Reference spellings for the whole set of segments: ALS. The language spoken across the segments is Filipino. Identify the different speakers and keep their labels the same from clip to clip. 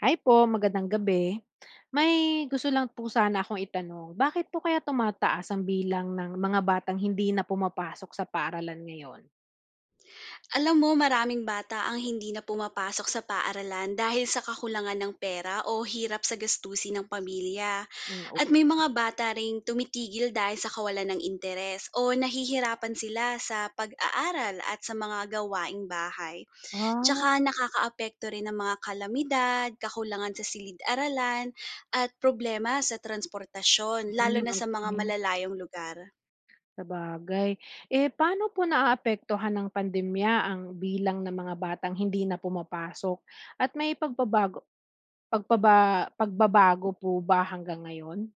Speaker 1: Hi po, magandang gabi. May gusto lang po sana akong itanong. Bakit po kaya tumataas ang bilang ng mga batang hindi na pumapasok sa paaralan ngayon?
Speaker 2: Alam mo, maraming bata ang hindi na pumapasok sa paaralan dahil sa kakulangan ng pera o hirap sa gastusin ng pamilya.
Speaker 1: Oo.
Speaker 2: At may mga bata ring tumitigil dahil sa kawalan ng interes o nahihirapan sila sa pag-aaral at sa mga gawaing bahay.
Speaker 1: Ah.
Speaker 2: Tsaka nakakaapekto rin ng mga kalamidad, kakulangan sa silid-aralan at problema sa transportasyon, lalo na sa mga
Speaker 1: Okey.
Speaker 2: malalayong lugar.
Speaker 1: Sabagay. Eh, paano po naaapektuhan ng pandemya ang bilang ng mga batang hindi na pumapasok at may pagbabago pagpaba pagbabago po ba hanggang ngayon?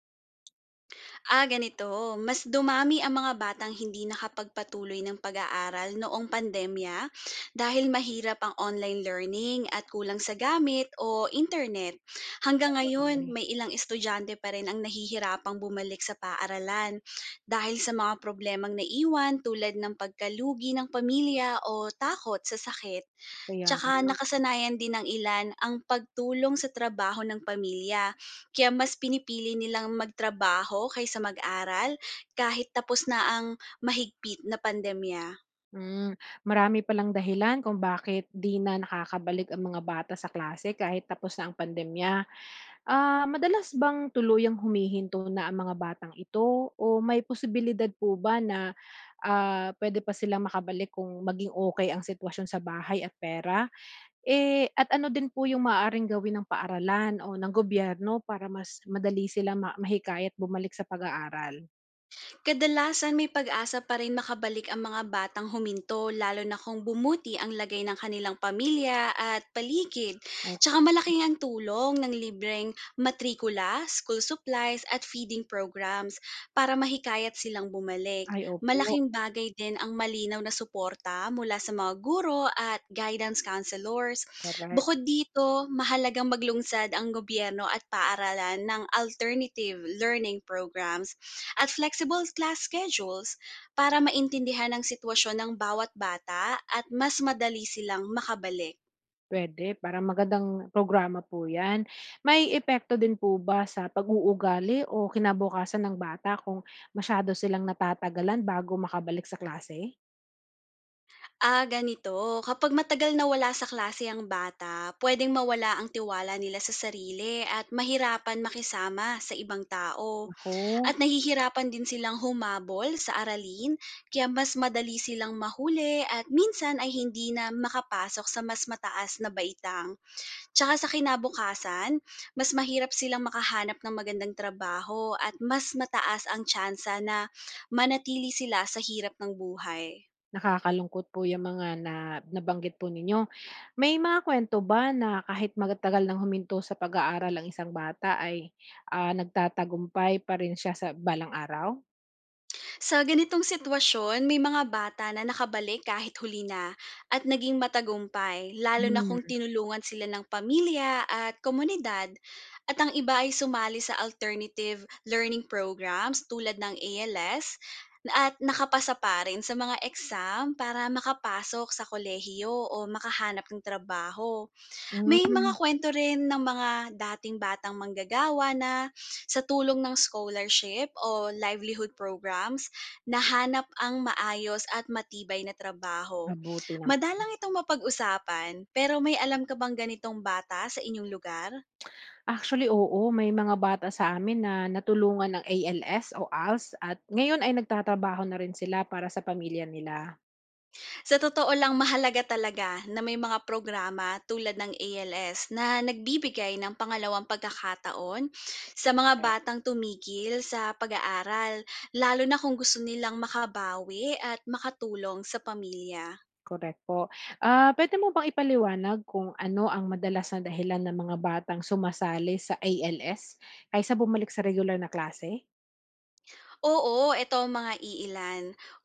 Speaker 2: Ganito. Mas dumami ang mga batang hindi nakapagpatuloy ng pag-aaral noong pandemya dahil mahirap ang online learning at kulang sa gamit o internet. Hanggang ngayon,
Speaker 1: Sabagay,
Speaker 2: may ilang estudyante pa rin ang nahihirapang bumalik sa paaralan dahil sa mga problemang naiwan tulad ng pagkalugi ng pamilya o takot sa sakit.
Speaker 1: kaya.
Speaker 2: Tsaka nakasanayan din ng ilan ang pagtulong sa trabaho ng pamilya, kaya mas pinipili nilang magtrabaho kaysa mag-aral kahit tapos na ang mahigpit na pandemya.
Speaker 1: Marami palang dahilan kung bakit 'di na nakakabalik ang mga bata sa klase kahit tapos na ang pandemya. Ah, madalas bang tuluyang humihinto na ang mga batang ito o may posibilidad po ba na, pwede pa silang makabalik kung maging okay ang sitwasyon sa bahay at pera? Eh, at ano din po yung maaaring gawin ng paaralan o ng gobyerno para mas madali sila mahikayat bumalik sa pag-aaral?
Speaker 2: Kadalasan, may pag-asa pa rin makabalik ang mga batang huminto, lalo na kung bumuti ang lagay ng kanilang pamilya at paligid.
Speaker 1: Okay.
Speaker 2: Tsaka malaki ang tulong ng libreng matrikula, school supplies at feeding programs para mahikayat silang bumalik.
Speaker 1: Ay, opo,
Speaker 2: Malaking bagay din ang malinaw na suporta mula sa mga guro at guidance counselors.
Speaker 1: correct.
Speaker 2: Bukod dito, mahalagang maglungsad ang gobyerno at paaralan ng alternative learning programs at flexible class schedules para maintindihan ang sitwasyon ng bawat bata at mas madali silang makabalik.
Speaker 1: Puwede, parang magandang programa po 'yan. May epekto din po ba sa pag-uugali o kinabukasan ng bata kung masyado silang natatagalan bago makabalik sa klase?
Speaker 2: Ganito. Kapag matagal na wala sa klase ang bata, pwedeng mawala ang tiwala nila sa sarili at mahirapan makisama sa ibang tao.
Speaker 1: Ako
Speaker 2: At nahihirapan din silang humabol sa aralin, kaya mas madali silang mahuli at minsan ay hindi na makapasok sa mas mataas na baitang. Tsaka sa kinabukasan, mas mahirap silang makahanap ng magandang trabaho at mas mataas ang tsansa na manatili sila sa hirap ng buhay.
Speaker 1: nakakalungkot po yung mga na nabanggit po ninyo. May mga kwento ba na kahit magtagal ng huminto sa pag-aaral ang isang bata ay, nagtatagumpay pa rin siya sa balang araw?
Speaker 2: Sa ganitong sitwasyon, may mga bata na nakabalik kahit huli na at naging matagumpay, lalo na kung
Speaker 1: Hmm,
Speaker 2: tinulungan sila ng pamilya at komunidad. At ang iba ay sumali sa alternative learning programs tulad ng ALS at nakapasa pa rin sa mga exam para makapasok sa kolehiyo o makahanap ng trabaho. May mga
Speaker 1: hmm,
Speaker 2: kwento rin ng mga dating batang manggagawa na, sa tulong ng scholarship o livelihood programs, nahanap ang maayos at matibay na trabaho.
Speaker 1: mabuti naman.
Speaker 2: Madalang itong mapag-usapan, pero may alam ka bang ganitong bata sa inyong lugar?
Speaker 1: Actually, oo. May mga bata sa amin na natulungan ng ALS o ALS at ngayon ay nagtatrabaho na rin sila para sa pamilya nila.
Speaker 2: Sa totoo lang, mahalaga talaga na may mga programa tulad ng ALS na nagbibigay ng pangalawang pagkakataon sa mga
Speaker 1: Okey.
Speaker 2: batang tumigil sa pag-aaral, lalo na kung gusto nilang makabawi at makatulong sa pamilya.
Speaker 1: Correct po. Ah, puwede mo bang ipaliwanag kung ano ang madalas na dahilan ng mga batang sumasali sa ALS kaysa bumalik sa regular na klase?
Speaker 2: Oo, eto ang mga iilan.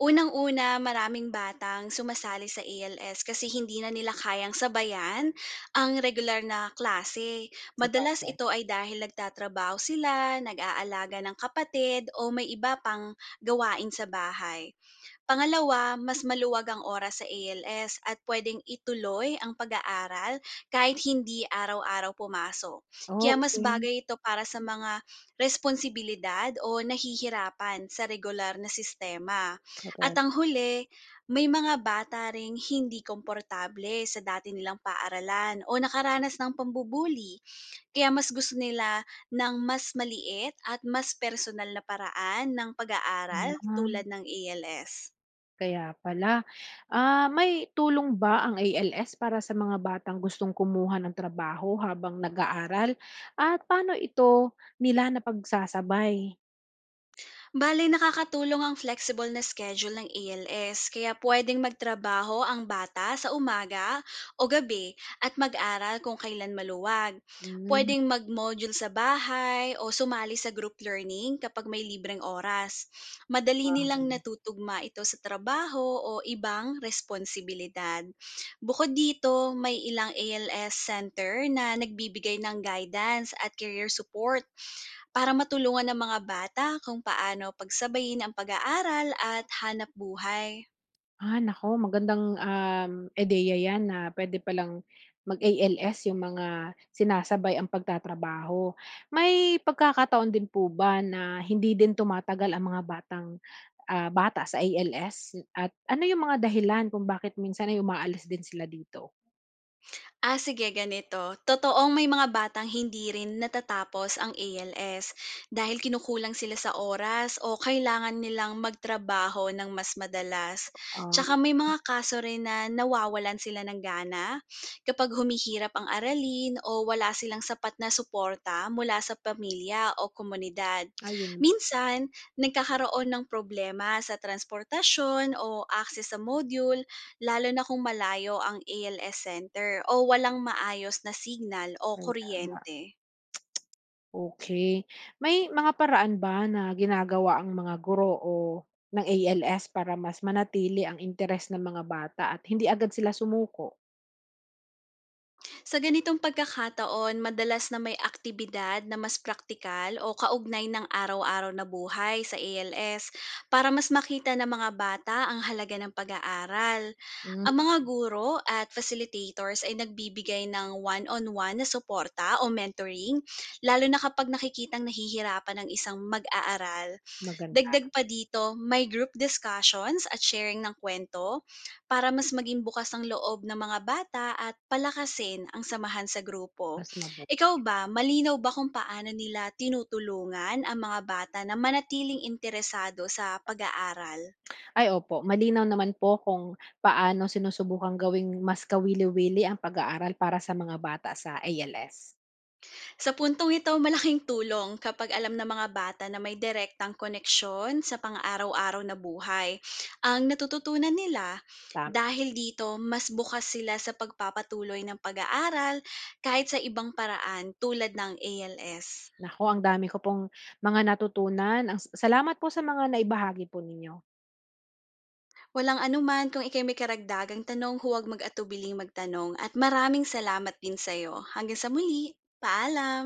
Speaker 2: Unang-una, maraming batang sumasali sa ALS kasi hindi na nila kayang sabayan ang regular na klase.
Speaker 1: Sa
Speaker 2: Madalas
Speaker 1: Sabagay.
Speaker 2: ito ay dahil nagtatrabaho sila, nag-aalaga ng kapatid o may iba pang gawain sa bahay. Pangalawa, mas maluwag ang oras sa ALS at pwedeng ituloy ang pag-aaral kahit hindi araw-araw pumasok. Kaya mas
Speaker 1: Okey.
Speaker 2: bagay ito para sa mga responsibilidad o nahihirapan sa regular na sistema. At
Speaker 1: Correct.
Speaker 2: ang huli, may mga bata ring hindi komportable sa dati nilang paaralan o nakaranas ng pambubuli. Kaya mas gusto nila ng mas maliit at mas personal na paraan ng pag-aaral
Speaker 1: Ah.
Speaker 2: tulad ng ALS.
Speaker 1: Kaya pala. Ah, may tulong ba ang ALS para sa mga batang gustong kumuha ng trabaho habang nag-aaral? At paano ito nila napagsasabay?
Speaker 2: Bale nakakatulong ang flexible na schedule ng ALS, kaya pwedeng magtrabaho ang bata sa umaga o gabi at mag-aral kung kailan maluwag.
Speaker 1: Hmm,
Speaker 2: Pwedeng mag-module sa bahay o sumali sa group learning kapag may libreng oras. Madali nilang
Speaker 1: sabagay.
Speaker 2: natutugma ito sa trabaho o ibang responsibilidad. Bukod dito, may ilang ALS center na nagbibigay ng guidance at career support para matulungan ang mga bata kung paano pagsabayin ang pag-aaral at hanap buhay.
Speaker 1: Ah, naku magandang, ideya 'yan na puwede palang mag-ALS yung mga sinasabay ang pagtatrabaho. May pagkakataon din po ba na hindi din tumatagal ang mga batang, bata sa ALS at ano yung mga dahilan kung bakit minsan ay umaalis din sila dito?
Speaker 2: Sige, ganito. Totoong may mga batang hindi rin natatapos ang ALS dahil kinukulang sila sa oras o kailangan nilang magtrabaho ng mas madalas.
Speaker 1: Ah,
Speaker 2: Tsaka may mga kaso rin na nawawalan sila ng gana kapag humihirap ang aralin o wala silang sapat na suporta mula sa pamilya o komunidad.
Speaker 1: ayun
Speaker 2: Minsan, nagkakaroon ng problema sa transportasyon o access sa module, lalo na kung malayo ang ALS center o walang maayos na signal o
Speaker 1: kaya.
Speaker 2: kuryente.
Speaker 1: Okey. May mga paraan ba na ginagawa ang mga guro o ng ALS para mas manatili ang interes ng mga bata at hindi agad sila sumuko?
Speaker 2: Sa ganitong pagkakataon, madalas na may aktibidad na mas praktikal o kaugnay ng araw-araw na buhay sa ALS para mas makita ng mga bata ang halaga ng pag-aaral.
Speaker 1: Hmm,
Speaker 2: Ang mga guro at facilitators ay nagbibigay ng one-on-one na suporta o mentoring, lalo na kapag nakikitang nahihirapan ng isang mag-aaral.
Speaker 1: maganda,
Speaker 2: Dagdag pa dito, may group discussions at sharing ng kwento para mas maging bukas ang loob ng mga bata at palakasin ang samahan sa grupo.
Speaker 1: mas
Speaker 2: Ikaw
Speaker 1: mabuti.
Speaker 2: ba, malinaw ba kung paano nila tinutulungan ang mga bata na manatiling interesado sa pag-aaral?
Speaker 1: Ay opo, malinaw naman po kung paano sinusubukang gawing mas kawili-wili ang pag-aaral para sa mga bata sa ALS.
Speaker 2: Sa puntong ito, malaking tulong kapag alam ng mga bata na may direktang koneksyon sa pang-araw-araw na buhay ang natututunan nila.
Speaker 1: Tama.
Speaker 2: Dahil dito, mas bukas sila sa pagpapatuloy ng pag-aaral kahit sa ibang paraan tulad ng ALS.
Speaker 1: Naku, ang dami ko pong mga natutunan. Ang salamat po sa mga naibahagi po ninyo.
Speaker 2: Walang anuman, kung ikay may karagdagang tanong, huwag mag-atubiling magtanong, at maraming salamat din sa'yo. Hanggang sa muli, paalam!